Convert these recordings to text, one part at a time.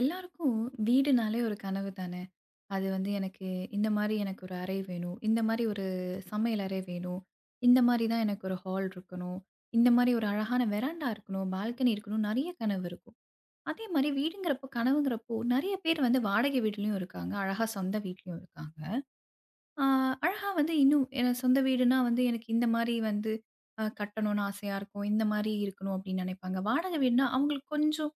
எல்லாருக்கும் வீடுனாலே ஒரு கனவு தானே. அது வந்து எனக்கு இந்த மாரி எனக்கு ஒரு அறை வேணும். இந்த மாரி ஒரு சமையல் அறை வேணும். இந்த மாரி தான் எனக்கு ஒரு ஹால் இருக்கணும். இந்த மாரி ஒரு அழகான வெராண்டா இருக்கணும். பால்கனி இருக்கணும். நெறைய கனவு இருக்கும். அதே மாரி வீடுங்கிறப்போ, கனவுங்கிறப்போ நெறைய பேர் வந்து வாடகை வீட்லயும் இருக்காங்க. அழகா சொந்த வீட்லயும் இருக்காங்க. ஆ, அழகா வந்து இன்னும் எனக்கு சொந்த வீடுனா வந்து எனக்கு இந்த மாரி வந்து கட்டணும்னு ஆசையா இருக்கும். இந்த மாரி இருக்கணும் அப்படின்னு நினைப்பாங்க. வாடகை வீடுனா அவங்களுக்கு கொஞ்சம்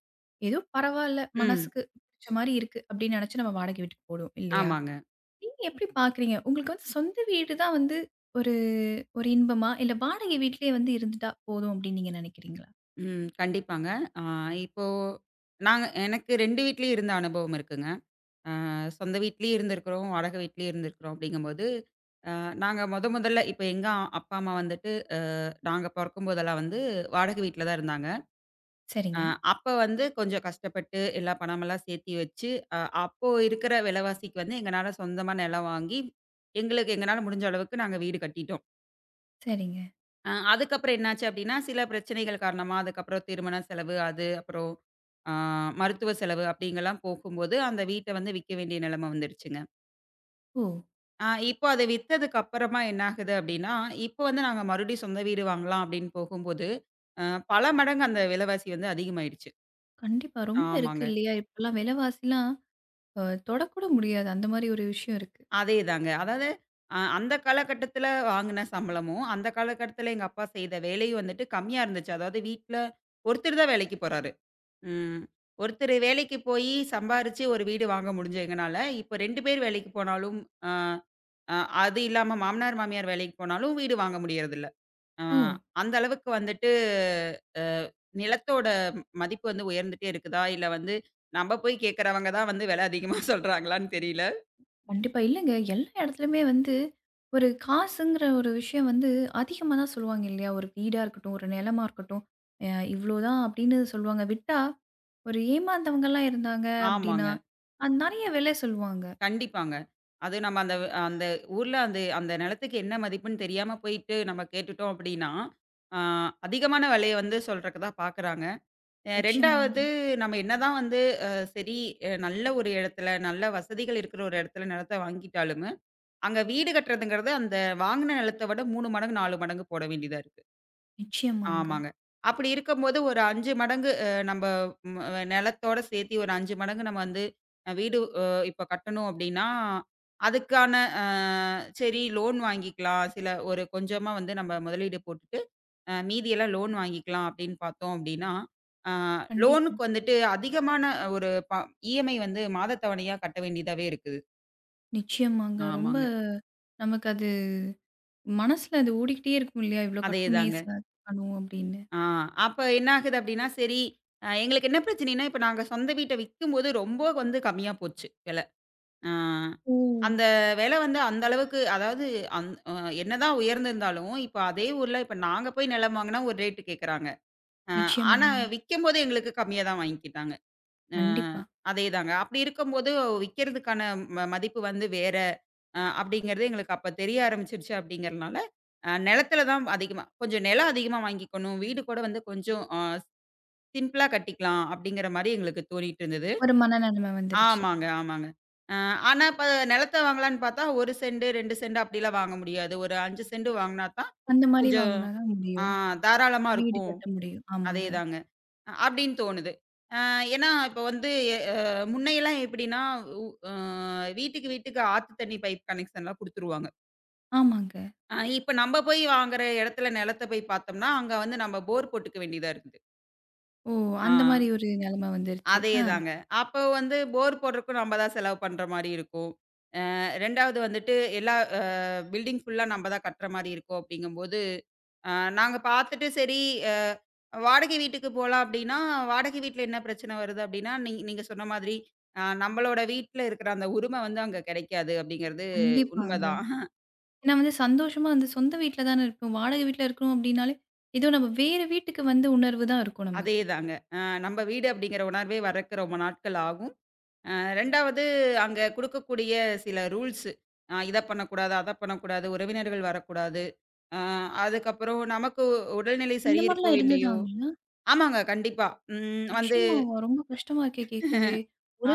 ஏதோ பரவால்ல, ம். மனசுக்கு புடிச்ச மாரி இருக்கு அப்படின்னு நினைச்சு நம்ம வாடகை வீட்டுக்கு போடுவோம் இல்லையா? ஆமாங்க. நீங்க எப்படி பார்க்குறீங்க? உங்களுக்கு வந்து சொந்த வீடு தான் வந்து ஒரு ஒரு இன்பமா? இல்ல வாடகை வீட்டிலேயே வந்து இருந்துட்டா போதும் அப்படின்னு நீங்க நினைக்கிறீங்களா? ம். கண்டிப்பாங்க. ஆ இப்போ நாங்க எனக்கு 2 வீட்லயும் இருந்த அனுபவம் இருக்குங்க. ஆ சொந்த வீட்லயும் இருந்திருக்கிறோம், வாடகை வீட்லயும் இருந்திருக்கிறோம் அப்படிங்கும்போது, அ நாங்க மொதல்ல இப்ப எங்க அப்பா, அம்மா வந்துட்டு நாங்க பொறக்கும்போதெல்லாம் வந்து வாடகை வீட்ல தான் இருந்தாங்க. அ சரிங்க, அப்ப வந்து கொஞ்சம் கஷ்டப்பட்டு எல்லா பணமெல்லாம் சேர்த்தி வச்சு, அ அப்போ இருக்கிற விலைவாசிக்கு வந்து எங்கனால சொந்தமா நிலம் வாங்கி, எங்களுக்கு எங்கனால முடிஞ்ச அளவுக்கு நாங்க வீடு கட்டிட்டோம். சரிங்க. அதுக்கப்புறம் என்னாச்சு அப்டின்னா, சில பிரச்சனைகள் காரணமா, அதுக்கப்புறம் திருமண செலவு, அது அப்புறம் ஆ மருத்துவ செலவு அப்டிங்கலாம் போகும்போது, அந்த வீட்ட வந்து விக்க வேண்டிய நிலைம வந்துருச்சுங்க. ஓ! இப்போ அத வித்ததுக்கு அப்புறமா என்ன ஆகுது அப்டின்னா, இப்போ வந்து நாங்க மறுபடியும் சொந்த வீடு வாங்கலாம் அப்டின்னு போகும்போது, அ பல மடங்கு அந்த விலைவாசி வந்து அதிகமாயிருச்சு. கண்டிப்பா ரொம்ப இருக்கு ஆமாங்க. இல்லையா? இப்பலாம் விலைவாசிலாம் அ தொடக்கூட முடியாது. அந்த மாரி ஒரு விஷயம் இருக்கு. அதேதாங்க. அதாவது அந்த காலகட்டத்தில வாங்குன சம்பளமும், அந்த காலகட்டத்தில எங்க அப்பா செய்த வேலையும் வந்துட்டு கம்மியா இருந்துச்சு. அதாவது வீட்ல ஒருத்தர் தான் வேலைக்கு போறாரு. ம். ஒருத்தரு வேலைக்கு போயி சம்பாரிச்சு ஒரு வீடு வாங்க முடிஞ்சு எங்கனால, இப்ப 2 பேர் வேலைக்கு போனாலும், அ அ அது இல்லாம மாமனார், மாமியார் வேலைக்கு போனாலும் வீடு வாங்க முடியறதில்ல. அ ஓ! அந்த அளவுக்கு வந்துட்டு அ நிலத்தோட மதிப்பு வந்து உயர்ந்துட்டே இருக்குதா? இல்ல வந்து நம்ப போய் கேட்கறவங்க தான் வந்து விலை அதிகமா சொல்றாங்களான்னு தெரியல. கண்டிப்பா. இல்லங்க. எல்லா இடத்துலயுமே வந்து ஒரு காசுங்கிற ஒரு விஷயம் வந்து அதிகமா தான் சொல்லுவாங்க இல்லையா? ஒரு வீடா இருக்கட்டும், ஒரு நிலமா இருக்கட்டும். அ இவ்வளோதான் அப்படின்னு சொல்லுவாங்க. விட்டா ஒரு ஏமாந்தவங்கலாம் இருந்தாங்க ஆமாங்க. அப்படின்னா, அது நெறைய விலை சொல்லுவாங்க. கண்டிப்பாங்க. அது நம்ம அந்த அந்த ஊர்ல அந்த அந்த நிலத்துக்கு என்ன மதிப்புன்னு தெரியாம போயிட்டு நம்ம கேட்டுட்டோம் அப்படின்னா, அ அதிகமான விலைய வந்து சொல்றக்கு தான் பார்க்குறாங்க. நிச்சயமாங்க, 2வது நம்ம என்னதான் வந்து அ சரி அ நல்ல ஒரு இடத்துல, நல்ல வசதிகள் இருக்கிற ஒரு இடத்துல நிலத்த வாங்கிட்டாலுமே, அங்க வீடு கட்டுறதுங்கிறது அந்த வாங்குன நிலத்த விட 3 மடங்கு, 4 மடங்கு போட வேண்டியதா இருக்கு. நிச்சயமாங்க. ஆமாங்க. அப்படி இருக்கும்போது ஒரு 5 மடங்கு நம்ப ம் அ நிலத்தோட சேர்த்தி ஒரு 5 மடங்கு நம்ம வந்து வீடு இப்ப கட்டணும் அப்படின்னா, அதுக்கான அ சரி லோன் வாங்கிக்கலாம். சில ஒரு கொஞ்சமா வந்து நம்ம முதலீடு போட்டுட்டு மீதியெல்லாம் லோன் வாங்கிக்கலாம் அப்படின்னு பார்த்தோம் அப்படின்னா, அ கண்டிப்பா. லோனுக்கு வந்துட்டு அதிகமான ஒரு இஎம்ஐ வந்து மாத தவணையா கட்ட வேண்டியதாவே இருக்குது. நிச்சயமாங்க. ரொம்ப ஆமாங்க. நமக்கு அது மனசுல அது ஓடிக்கிட்டே இருக்கும் இல்லையா? இவ்வளோ கட்டணுமே அதேதாங்க. சார் கட்டணும் அப்படின்னு. ஆ அப்ப என்ன ஆகுது அப்படின்னா, சரி எங்களுக்கு என்ன பிரச்சனைன்னா, இப்ப நாங்க சொந்த வீட்ட விக்கும்போது ரொம்ப வந்து கம்மியா போச்சு விலை. அ ஓ! அந்த விலை வந்து அந்த அளவுக்கு அதாவது அந் அ என்னதான் உயர்ந்திருந்தாலும், இப்ப அதே ஊர்ல இப்ப நாங்க போய் நிலம் வாங்குனா ஒரு ரேட் கேட்கறாங்க. அ ஆனா நிச்சயமாங்க. விக்கும்போது எங்களுக்கு கம்மியா தான் வாங்கிக்கிட்டாங்க. அ கண்டிப்பா. அதேதாங்க. அப்படி இருக்கும்போது விக்கிறதுக்கான மதிப்பு வந்து வேற அப்படிங்கிறது எங்களுக்கு அப்ப தெரிய ஆரம்பிச்சுருச்சு அப்படிங்கிறனால, நிலத்தில தான் அதிகமா கொஞ்சம் நிலம் அதிகமா வாங்கிக்கணும். வீடு கூட வந்து கொஞ்சம் சிம்பிளா கட்டிக்கலாம் அப்படிங்கிற மாரி எங்களுக்கு தோணிட்டு இருந்தது. ஒரு மனநிலைமை வந்துருச்சு. ஆமாங்க, ஆமாங்க. அ ஆனா இப்ப நிலத்த வாங்கலான்னு பார்த்தா 1 சென்ட், 2 சென்ட் அப்படிலாம் வாங்க முடியாது. ஒரு 5 சென்ட் வாங்குனா தான் அந்த மாரி கொஞ்சம் வாங்குனா தான் ஆ முடியும். தாராளமா வீடு இருக்கும். கட்ட முடியும். ஆமாங்க, அதேதாங்க. அப்படின்னு தோணுது. அ ஏன்னா, இப்ப வந்து அ முன்னையெல்லாம் எப்படின்னா, உ அ வீட்டுக்கு வீட்டுக்கு ஆத்து தண்ணி பைப் கனெக்ஷன்லாம் குடுத்துருவாங்க. ஆமாங்க. இப்ப நம்ப போய் வாங்குற இடத்துல நிலத்த போய் பார்த்தோம்னா, அங்க வந்து நம்ம போர் போட்டுக்க வேண்டியதா இருக்குது. ஓ! ஆ அந்த மாரி ஒரு நெலைம வந்துருச்சு. ஆ, அதேதாங்க. அப்போ வந்து போர் போடுறதுக்கும் நம்ம தான் செலவு பண்ற மாரி இருக்கும். 2வது வந்துட்டு எல்லா பில்டிங் ஃபுல்லா நம்ப தான் கட்டுற மாரி இருக்கும் அப்படிங்கும்போது, அ நாங்க பார்த்துட்டு சரி அ வாடகை வீட்டுக்கு போலாம் அப்படின்னா, வாடகை வீட்ல என்ன பிரச்சனை வருது அப்படின்னா, நீங்க சொன்ன மாதிரி நம்பளோட வீட்ல இருக்கிற அந்த உரிமை வந்து அங்க கிடைக்காது அப்படிங்கிறது கண்டிப்பாங்க. உண்மதான். ஏன்னா வந்து சந்தோஷமா வந்து சொந்த வீட்ல தானே இருக்கோம். வாடகை வீட்ல இருக்கிறோம் அப்டின்னாலே, ஏதோ நம்ம வேற வீட்டுக்கு வந்த உணர்வு தான் இருக்கும் நமக்கு. அதேதாங்க. நம்ப வீடு அப்படிங்கிற உணர்வே வர்றக்கு ரொம்ப நாட்கள் ஆகும். அ 2வது அங்க குடுக்கக்கூடிய சில ரூல்ஸு. இத பண்ணக்கூடாது, அத பண்ணக்கூடாது, உறவினர்கள் வரக்கூடாது. அ அதுக்கப்புறம் நமக்கு உடல்நிலை இந்த சரி இருக்கோ மாரிலாம் இல்லையோ இருந்ததாங்களா? ஆமாங்க கண்டிப்பா. வந்து நிச்சயமாவா? ரொம்ப கஷ்டமா இருக்கே கேட்கவே.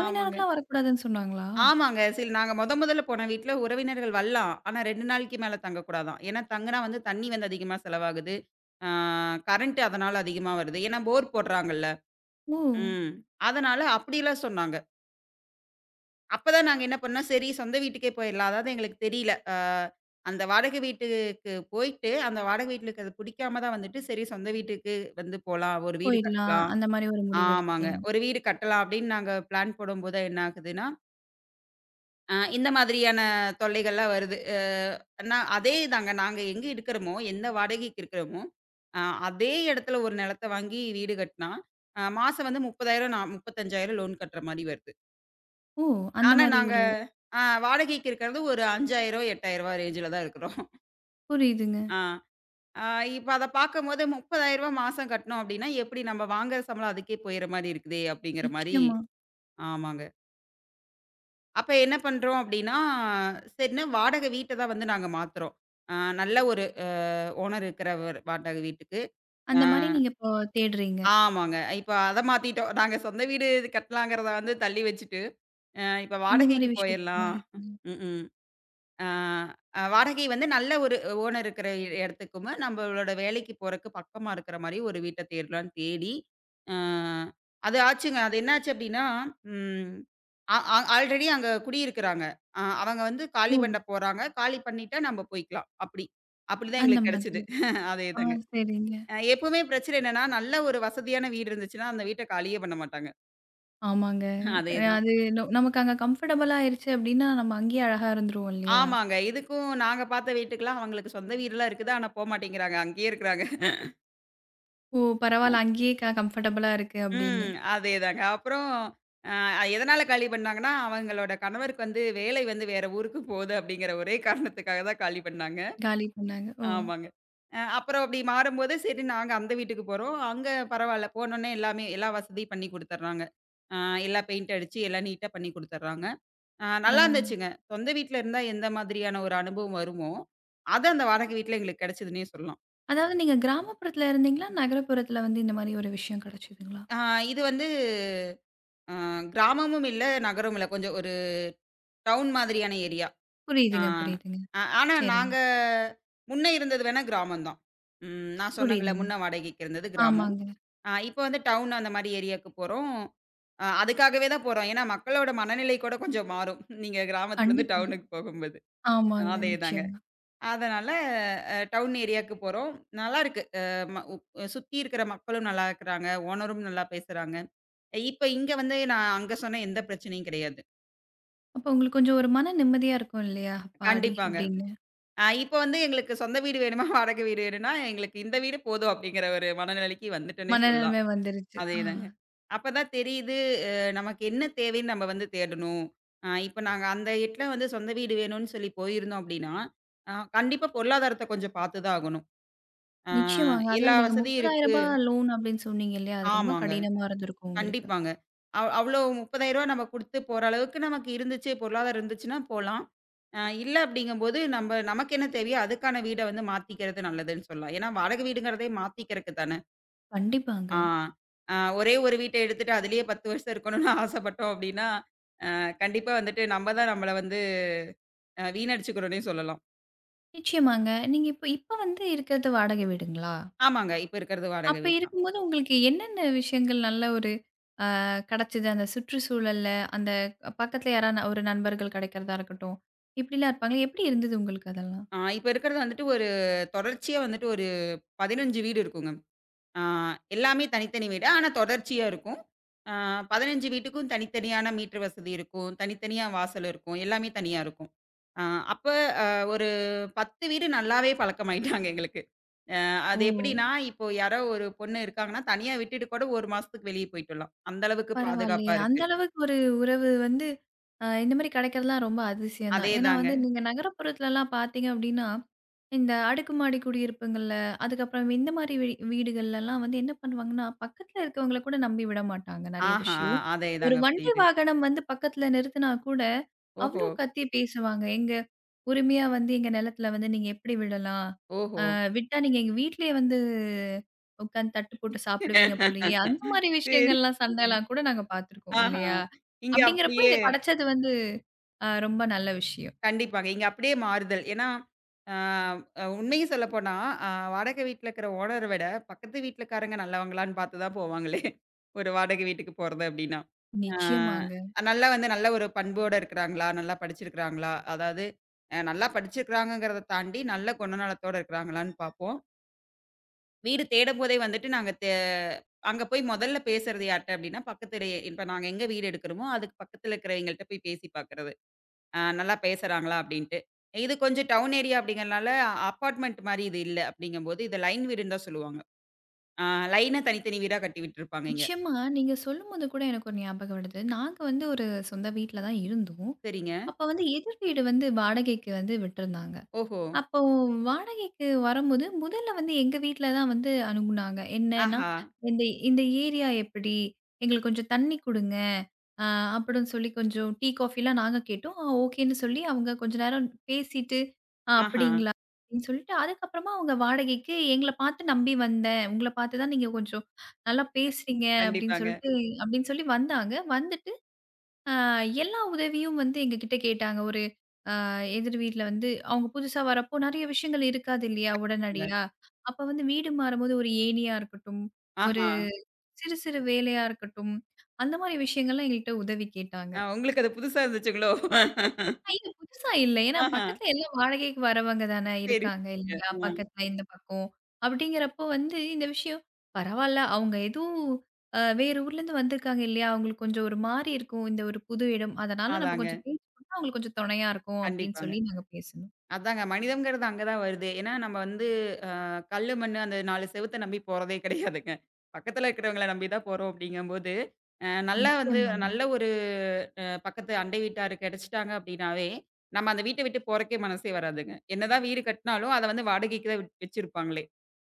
ஆமாங்க. வரக்கூடாதுன்னு சொன்னாங்களா? ஆமாங்க. சில நாங்க மொதல்ல போன வீட்ல உறவினர்கள் வரலாம். ஆனா 2 நாளைக்கு மேல தங்கக்கூடாதாம். ஏன்னா தங்குனா வந்து தண்ணி வந்து அதிகமா செலவாகுது. ஆ கரண்ட் அதனால அதிகமா வருது. ஏன்னா போர் போடுறாங்கல்ல. ஓ! ம். அதனால அப்படிலாம் சொன்னாங்க. அப்பதான் நாங்க என்ன பண்ணோம், சரி சொந்த வீட்டுக்கே போயிரலாம். அதாவது எங்களுக்கு தெரியல. அந்த வாடகை வீட்டுக்கு போயிட்டு, அந்த வாடகை வீட்டுக்கு அது பிடிக்காம தான் வந்துட்டு, சரி சொந்த வீட்டுக்கு வந்து போலாம். ஒரு வீடு போயிடலாம். கட்டலாம். அந்த மாரி ஒரு முடிவு ஆமாங்க. எடுத்துட்டீங்க. ஒரு வீடு கட்டலாம் அப்படின்னு நாங்க பிளான் போடும்போது என்ன ஆகுதுன்னா, இந்த மாதிரியான தொல்லைகள்லாம் வருது. நான் அதே தாங்க நாங்க எங்க இருக்கிறோமோ, எந்த வாடகைக்கு இருக்கிறோமோ, அ அதே இடத்துல ஒரு நிலத்த வாங்கி வீடு கட்டினா, மாசம் வந்து 30,000 நா 35,000 லோன் கட்டுற மாரி வருது. ஓ! அந்த ஆனா மாரி நாங்க ஒரு வாடகைக்கு இருக்கிறது ஒரு ரூ. 5,000, 8,000 ரேஞ்சுல தான் இருக்கிறோம். புரியுதுங்க. ஆ. ஆ இப்ப அத பார்க்கும்போது ரூ. 30,000 மாசம் கட்டினோம் அப்படின்னா, எப்படி நம்ம வாங்குற சம்பளம் அதுக்கே போயிற மாரி இருக்குதே அப்படிங்கிற மாரி நிச்சயமா. ஆமாங்க. அப்ப என்ன பண்றோம் அப்படின்னா, சரின்னு வாடகை வீட்ட தான் வந்து நாங்க மாத்துறோம். ஆ நல்ல ஒரு ஓனர் இருக்கிற ஒரு வாடகை வீட்டுக்கு. ஆ அந்த மாரி நீங்க இப்போ தேடுறீங்க. ஆமாங்க. இப்ப அத மாத்திட்டோம். நாங்க சொந்த வீடு கட்டலாங்கிறத வந்து தள்ளி வச்சுட்டு, இப்ப இந்த மாரி வாடகைக்கு விஷயத்துக்கு போயிரலாம். மாறிட்டீங்க. ம். ஆ, அ வாடகை வந்து நல்ல ஒரு ஓனர் இருக்கிற இடத்துக்குமு, நம்மளோட வேலைக்கு போறக்கு பக்கமா இருக்கிற மாரி ஒரு வீட்ட தேடலான்னு தேடி, அ அது ஆச்சுங்க. அது என்னாச்சு அப்டின்னா, ம் அ அ ஆல்ரெடி அங்க குடியிருக்கிறாங்க. அவங்க வந்து காலி ஓ! பண்ண போறாங்க. காலி பண்ணிட்டா நம்ம போய்க்கலாம். அப்டி. அப்டிதான் அந்த எங்களுக்கு கெடைச்சது. மாதிரி. ஆ, அதேதாங்க. சரிங்க. எப்பவுமே பிரச்சனை என்னன்னா, நல்ல ஒரு வசதியான வீடு இருந்துச்சுன்னா, அந்த வீட்ட காலியே பண்ண மாட்டாங்க. ஆமாங்க. அதேதான். அது நமக்கு அங்க கம்ஃபர்டபுளா ஆயிருச்சு அப்டின்னா, நம்ம அங்கேயே அழகா இருந்துருவோம் இல்லையா? ஆமாங்க. இதுக்கும் நாங்க பார்த்த வீட்டுக்கெல்லாம் அவங்களுக்கு சொந்த வீடுலாம் இருக்குது. ஆனா போமாட்டேங்கிறாங்க. அங்கேயே இருக்கிறாங்க. ஓ! பரவால்ல அங்கேயே கம்ஃபர்டபுளா இருக்கு ம். அப்டின்னு. அதேதாங்க. அப்புறம் அ எதனால காலி பண்ணாங்கன்னா, அவங்களோட கணவருக்கு வந்து வேலை வந்து வேற ஊருக்கு போகுது அப்படிங்கிற ஒரே காரணத்துக்காக தான் காலி பண்ணாங்க. காலி பண்ணாங்க. ஓ! ஆமாங்க. அப்புறம் அப்படி மாறும்போது, சரி நாங்க அந்த வீட்டுக்கு போறோம். அங்க பரவால்ல. போனோனே எல்லாமே எல்லா வசதியும் பண்ணி குடுத்துடுறாங்க. அ எல்லா பெயிண்ட் அடிச்சு, எல்லாம் நீட்டா பண்ணி குடுத்துடுறாங்க. நல்லா பரவால்ல. இருந்துச்சுங்க. சொந்த வீட்ல இருந்தா எந்த மாதிரியான ஒரு அனுபவம் வருமோ, அது அந்த வாடகை வீட்ல எங்களுக்கு கிடைச்சதுன்னே சொல்லலாம். அதாவது நீங்க கிராமப்புறத்துல இருந்தீங்களா? நகரப்புறத்துல வந்து இந்த மாரி ஒரு விஷயம் கிடைச்சதுங்களா? அ இது வந்து அ கிராமமும் இல்ல, நகரமும் இல்ல. கொஞ்சம் ஒரு டவுன் மாதிரியான ஏரியா. ஆ. புரியுதுங்க, புரியுதுங்க. ஆனா சரிங்க. நாங்க முன்ன இருந்தது வேணா கிராமம் தான். நான் சொன்னேங்கல்ல, புரியுதுங்க. முன்ன வாடகைக்கு இருந்தது கிராமம். ஆமாங்க. இப்ப வந்து டவுன் அந்த மாரி ஏரியாக்கு போறோம். அதுக்காகவே தான் போறோம். ஏன்னா மக்களோட மனநிலை கூட கொஞ்சம் மாறும். நீங்க கிராமத்துலருந்து கண்டிப்பா. டவுனுக்கு போகும்போது. ஆமாங்க. அதேதாங்க. நிச்சயமா. அதனால டவுன் ஏரியாக்கு போறோம். நல்லாருக்கு. அ ம உ சுத்தி இருக்கிற மக்களும் நல்லா இருக்கிறாங்க. ஓனரும் நல்லா பேசுறாங்க. இப்ப இங்க வந்து நான் அங்க சொன்ன எந்த பிரச்சனையும் கிடையாது. அப்ப உங்களுக்கு கொஞ்சம் ஒரு மன நிம்மதியா இருக்கும் இல்லையா? அப்பாடி! கண்டிப்பாங்க. அப்டின்னு. இப்ப வந்து எங்களுக்கு சொந்த வீடு வேணுமா, வாடகை வீடு வேணும்னா, எங்களுக்கு இந்த வீடு போதும் அப்படிங்கிற ஒரு மனநிலைக்கு வந்துட்டோன்னே சொல்லலாம். மனநிலைமை வந்துருச்சு. ஆ. அதேதாங்க. அப்பதான் தெரியுது, அ நமக்கு என்ன தேவைன்னு நம்ம வந்து தேடணும். இப்ப நாங்க அந்த எட்ல வந்து சொந்த வீடு வேணும்னு சொல்லி போயிருந்தோம் அப்படின்னா, அ கண்டிப்பா பொருளாதாரத்த கொஞ்சம் பாத்து தான் ஆகணும். அ நிச்சயமாங்க. எல்லா அதாவது நீங்க ரூ. வசதியும் இருக்கு. 30,000 லோன் அப்படின்னு சொன்னீங்க இல்லையா? அது ரொம்ப ஆமாங்க. கடினமா இருந்திருக்கும் உங்களுக்கு. கண்டிப்பாங்க. அவ்ளோ ரூ. 30,000 நம்ம குடுத்து போற அளவுக்கு நமக்கு இருந்துச்சு, பொருளாதாரம் இருந்துச்சுன்னா போலாம். இல்ல அப்படிங்கும்போது நம்ப நமக்கு என்ன தேவையோ அதுக்கான வீட வந்து மாத்திக்கிறது நல்லதுன்னு சொல்லலாம். ஏன்னா வாடகை வீடுங்கிறதே மாத்திக்கிறக்கு தானே. கண்டிப்பாங்க. ஆ. ஒரே ஒரு வீட்ட எடுத்துட்டு அதிலேயே 10 வருஷம் இருக்கணும்னு ஆசைப்பட்டோம் அப்படின்னா, கண்டிப்பா வந்துட்டு நம்ம தான் நம்மள வந்து வீணடிச்சுக்கிறோன்னே சொல்லலாம். நிச்சயமாங்க. நீங்க இப்ப இப்ப வந்து இருக்கிறது வாடகை வீடுங்களா? ஆமாங்க. இப்ப இருக்கிறது வாடகை அப்ப வீடு தான். இருக்கும்போது உங்களுக்கு என்னென்ன விஷயங்கள் நல்ல ஒரு கிடைச்சது? அந்த சுற்றுச்சூழல்ல, அந்த பக்கத்துல யாரா ஒரு நண்பர்கள் கிடைக்கிறதா இருக்கட்டும், இப்படிலாம் இருப்பாங்க. எப்படி இருந்தது உங்களுக்கு அதெல்லாம்? இப்ப இருக்கிறது வந்துட்டு ஒரு தொடர்ச்சியா வந்துட்டு ஒரு 15 வீடு இருக்குங்க. ஆ எல்லாமே தனித்தனி வீடு. ஆனா தொடர்ச்சியா இருக்கும். ஆ 15 வீட்டுக்கும் தனித்தனியான மீட்டர் வசதி இருக்கும். தனித்தனியா வாசல் இருக்கும். எல்லாமே தனியா இருக்கும். ஆ அப்ப அ ஒரு 10 வீடு நல்லாவே பழக்கமாயிட்டாங்க எங்களுக்கு. அ ஓ! அது எப்படின்னா, இப்போ யாரோ ஒரு பொண்ணு இருக்காங்கன்னா, தனியா விட்டுட்டு கூட 1 மாசத்துக்கு வெளிய போயிட்டு வரலாம். அந்த அளவுக்கு பாதுகாப்பா பரவாயில்லையே! அந்த இருக்கு. அளவுக்கு ஒரு உறவு வந்து இந்த மாரி கிடைக்கிறதுலாம் ரொம்ப அதிசயம் தான். ஏன்னா அதேதாங்க. வந்து நீங்க நகரப்புறத்துலலாம் பார்த்தீங்க அப்டின்னா, இந்த அடுக்குமாடி குடியிருப்புங்கள்ல, அதுக்கப்புறம் இந்த மாரி வீடுகள்லலாம் வந்து என்ன பண்ணுவாங்கன்னா, பக்கத்துல இருக்கவங்கள கூட நம்பி விட மாட்டாங்க நெறைய ஆஹா! விஷயம். ஒரு அதேதாங்க வண்டி புரியுது. வாகனம் வந்து பக்கத்துல நிறுத்துனா கூட, ஓஹோ! அவ்ளோ கத்தி பேசுவாங்க. எங்க உரிமையா வந்து எங்க நிலத்துல வந்து நீங்க எப்டி விடலாம்? ஓஹோ! விட்டா நீங்க எங்க வீட்லயே வந்து உட்காந்து தட்டு போட்டு சாப்பிடுவீங்க போலயே! அந்த மாரி சரி. விஷயங்கள்லாம் சண்டைலாம் கூட நாங்க பார்த்துருக்கோம் ஆஹா! இல்லயா? இங்க அப்டிங்கிறப்போ அப்படியே இது கிடைச்சது வந்து ரொம்ப நல்ல விஷயம். கண்டிப்பாங்க. இங்க அப்படியே மாறுதல். ஏன்னா, உண்மைய சொல்லப்போனா, அ வாடகை வீட்ல இருக்கிற ஓனர விட, பக்கத்து வீட்லக்காரங்க நல்லவங்களான்னு பார்த்து தான் போவாங்களே! ஒரு வாடகை வீட்டுக்கு போறது அப்படின்னா. ஆ நிச்சயமாங்க. நல்லா வந்து நல்ல ஒரு பண்போட இருக்கிறாங்களா? நல்லா படிச்சிருக்கிறாங்களா? அதாவது நல்லா படிச்சிருக்கிறாங்கங்கிறத தாண்டி, நல்ல குணநலத்தோட இருக்கிறாங்களான்னு பார்ப்போம். வீடு தேடும்போதே வந்துட்டு நாங்க அங்க போய் முதல்ல பேசுறது யார்ட்ட அப்படின்னா, பக்கத்துலயே இப்ப நாங்க எங்க வீடு எடுக்கிறோமோ, அதுக்கு பக்கத்துல இருக்கிறவைங்கள்ட்ட போய் பேசி பார்க்கிறது. நல்லா பேசுறாங்களா அப்படின்ட்டு. இது கொஞ்சம் டவுன் ஏரியா அப்படிங்கிறனால அபார்ட்மெண்ட் மாரி இது இல்ல அப்படிங்கும்போது, இத லைன் வீடுன்னு தான் சொல்லுவாங்க. ஆ லைனா தனித்தனி வீடா கட்டி விட்டுருப்பாங்க இங்க. நிச்சயமா நீங்க சொல்லும்போது கூட எனக்கு ஒரு ஞாபகம் வருது. நாங்க வந்து ஒரு சொந்த வீட்ல தான் இருந்தோம். சரிங்க. அப்ப வந்து எதிர் வீடு வந்து வாடகைக்கு வந்து விட்டிருந்தாங்க. ஓஹோ! அப்போ வாடகைக்கு வரும்போது, முதல்ல வந்து எங்க வீட்ல தான் வந்து அணுகுனாங்க. என்னன்னா, ஆஹா! இந்த இந்த ஏரியா எப்படி? எங்களுக்கு கொஞ்சம் தண்ணி குடுங்க. அ அப்படின்னு சொல்லி கொஞ்சம் டீ, காஃபிலாம் நாங்க கேட்டோம். ஓகேன்னு சொல்லி அவங்க கொஞ்ச நேரம் பேசிட்டு, ஆஹா! அப்படிங்களா?" அப்படின்னு சொல்லிட்டு, அதுக்கப்புறமா அவங்க வாடகைக்கு எங்கள பார்த்து நம்பி வந்தேன். உங்கள பார்த்து தான் நீங்க கொஞ்சம் நல்லா பேசுறீங்க அப்படின்னு கண்டிப்பாங்க. சொல்லிட்டு அப்படின்னு சொல்லி வந்தாங்க. வந்துட்டு அ எல்லா உதவியும் வந்து எங்ககிட்ட கேட்டாங்க. ஒரு எதிர் வீட்ல வந்து அவங்க புதுசா வரப்போ நெறைய விஷயங்கள் இருக்காது இல்லையா? அங்க உடனடியா. அப்ப வந்து வீடு மாறும்போது ஒரு ஏணியா இருக்கட்டும், ஒரு ஆஹா! சிறு சிறு வேலையா இருக்கட்டும், அந்த மாரி விஷயங்கள்லாம் எங்கள்ட்ட உதவி கேட்டாங்க. உங்களுக்கு அது புதுசா இருந்துச்சுங்களோ? இது புதுசா இல்ல. ஏன்னா ஆஹா! பக்கத்துல எல்லாம் வாடகைக்கு வரவங்க தானே சரி, இருக்காங்க இல்லையா? சரிங்க. பக்கத்துல இந்த பக்கம். அப்படிங்கிறப்போ வந்து இந்த விஷயம் பரவால்ல. அவங்க எதுவும் வேற ஊர்லேருந்து வந்திருக்காங்க இல்லையா? அவங்களுக்கு கொஞ்சம் ஒரு மாரி இருக்கும். இந்த ஒரு புது இடம். அதனால நம்ம அதாங்க. கொஞ்சம் பேச்சு கொடுத்தா அவங்களுக்கு கொஞ்சம் துணையா இருக்கும் அப்படின்னு கண்டிப்பாங்க. சொல்லி நாங்க பேசினோம். அதாங்க மனிதம்ங்கிறது அங்க தான் வருது. ஏன்னா நம்ம வந்து கல்லு, மண்ணு அந்த 4 செவுத்த நம்பி போறதே கிடையாதுங்க. பக்கத்துல இருக்கிறவங்கள நம்பி தான் போறோம் அப்படிங்கும்போது, நல்லா வந்து நிச்சயமாங்க. நல்ல ஒரு பக்கத்து அண்டை வீட்டாரு கிடைச்சிட்டாங்க அப்படின்னாவே, நம்ம அந்த வீட்ட விட்டு போறக்கே மனசே வராதுங்க. என்னதான் வீடு கட்டினாலும், அத வந்து வாடகைக்கு தான் விட் வச்சிருப்பாங்களே.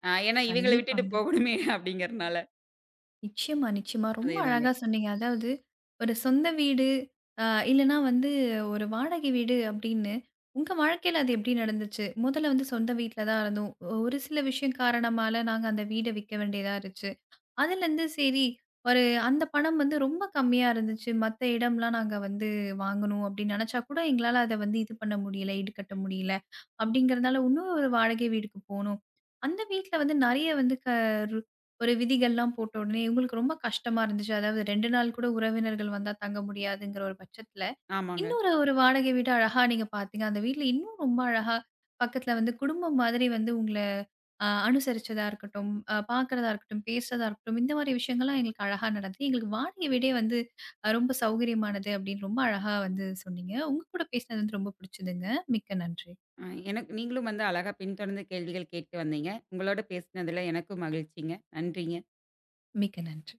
ஏன்னா இவைங்கள விட்டுட்டு கண்டிப்பாங்க. போகணுமே அப்படிங்கிறனால. நிச்சயமா, நிச்சயமா. ரொம்ப அதேதாங்க. அழகா சொன்னீங்க. அதாவது ஒரு சொந்த வீடு, அ இல்லன்னா வந்து ஒரு வாடகை வீடு அப்படின்னு, உங்க வாழ்க்கையில அது எப்படி நடந்துச்சு? முதல்ல வந்து சொந்த வீட்ல தான் இருந்தோம். ஒரு சில விஷயம் காரணமால நாங்க அந்த வீட விக்க வேண்டியதா இருந்துச்சு. அதுலருந்து சரி, ஒரு அந்த பணம் வந்து ரொம்ப கம்மியா இருந்துச்சு. மத்த இடம்லாம் நாங்க வந்து வாங்கணும் அப்டின்னு நெனச்சா கூட, எங்களால அத வந்து இது பண்ண முடியல, ஈடுகட்ட முடியல. அப்டிங்கிறனால இன்னும் ஒரு வாடகை வீடுக்கு போனோம். அந்த வீட்ல வந்து நெறைய வந்து க ரு ஒரு விதிகள்லாம் போட்ட உடனே இவங்களுக்கு ரொம்ப கஷ்டமா இருந்துச்சு. அதாவது 2 நாள் கூட உறவினர்கள் வந்தா தங்க முடியாதுங்கிற ஒரு பட்சத்துல, ஆமாங்க. இன்னொரு ஒரு வாடகை வீடு அழகா நீங்க பாத்தீங்க. அந்த வீட்ல இன்னும் ரொம்ப அழகா பக்கத்துல வந்து குடும்பம் மாதிரி வந்து உங்கள அனுசரிச்சதா இருக்கட்டும், பார்க்கிறதா இருக்கட்டும், பேசுறதா இருக்கட்டும், இந்த மாரி விஷயங்கள்லாம் எங்களுக்கு அழகா நடந்தது. எங்களுக்கு வாடகை வீடே வந்து ரொம்ப சௌகரியமானது அப்படின்னு ரொம்ப அழகா வந்து சொன்னீங்க. உங்க கூட பேசினது வந்து ரொம்ப பிடிச்சதுங்க. மிக்க நன்றி. அ எனக்கு நீங்களும் வந்து அழகா பின்தொடர்ந்து கேள்விகள் கேட்டு வந்தீங்க. உங்களோட பேசினதுல எனக்கும் மகிழ்ச்சிங்க. நன்றிங்க. மிக்க நன்றி.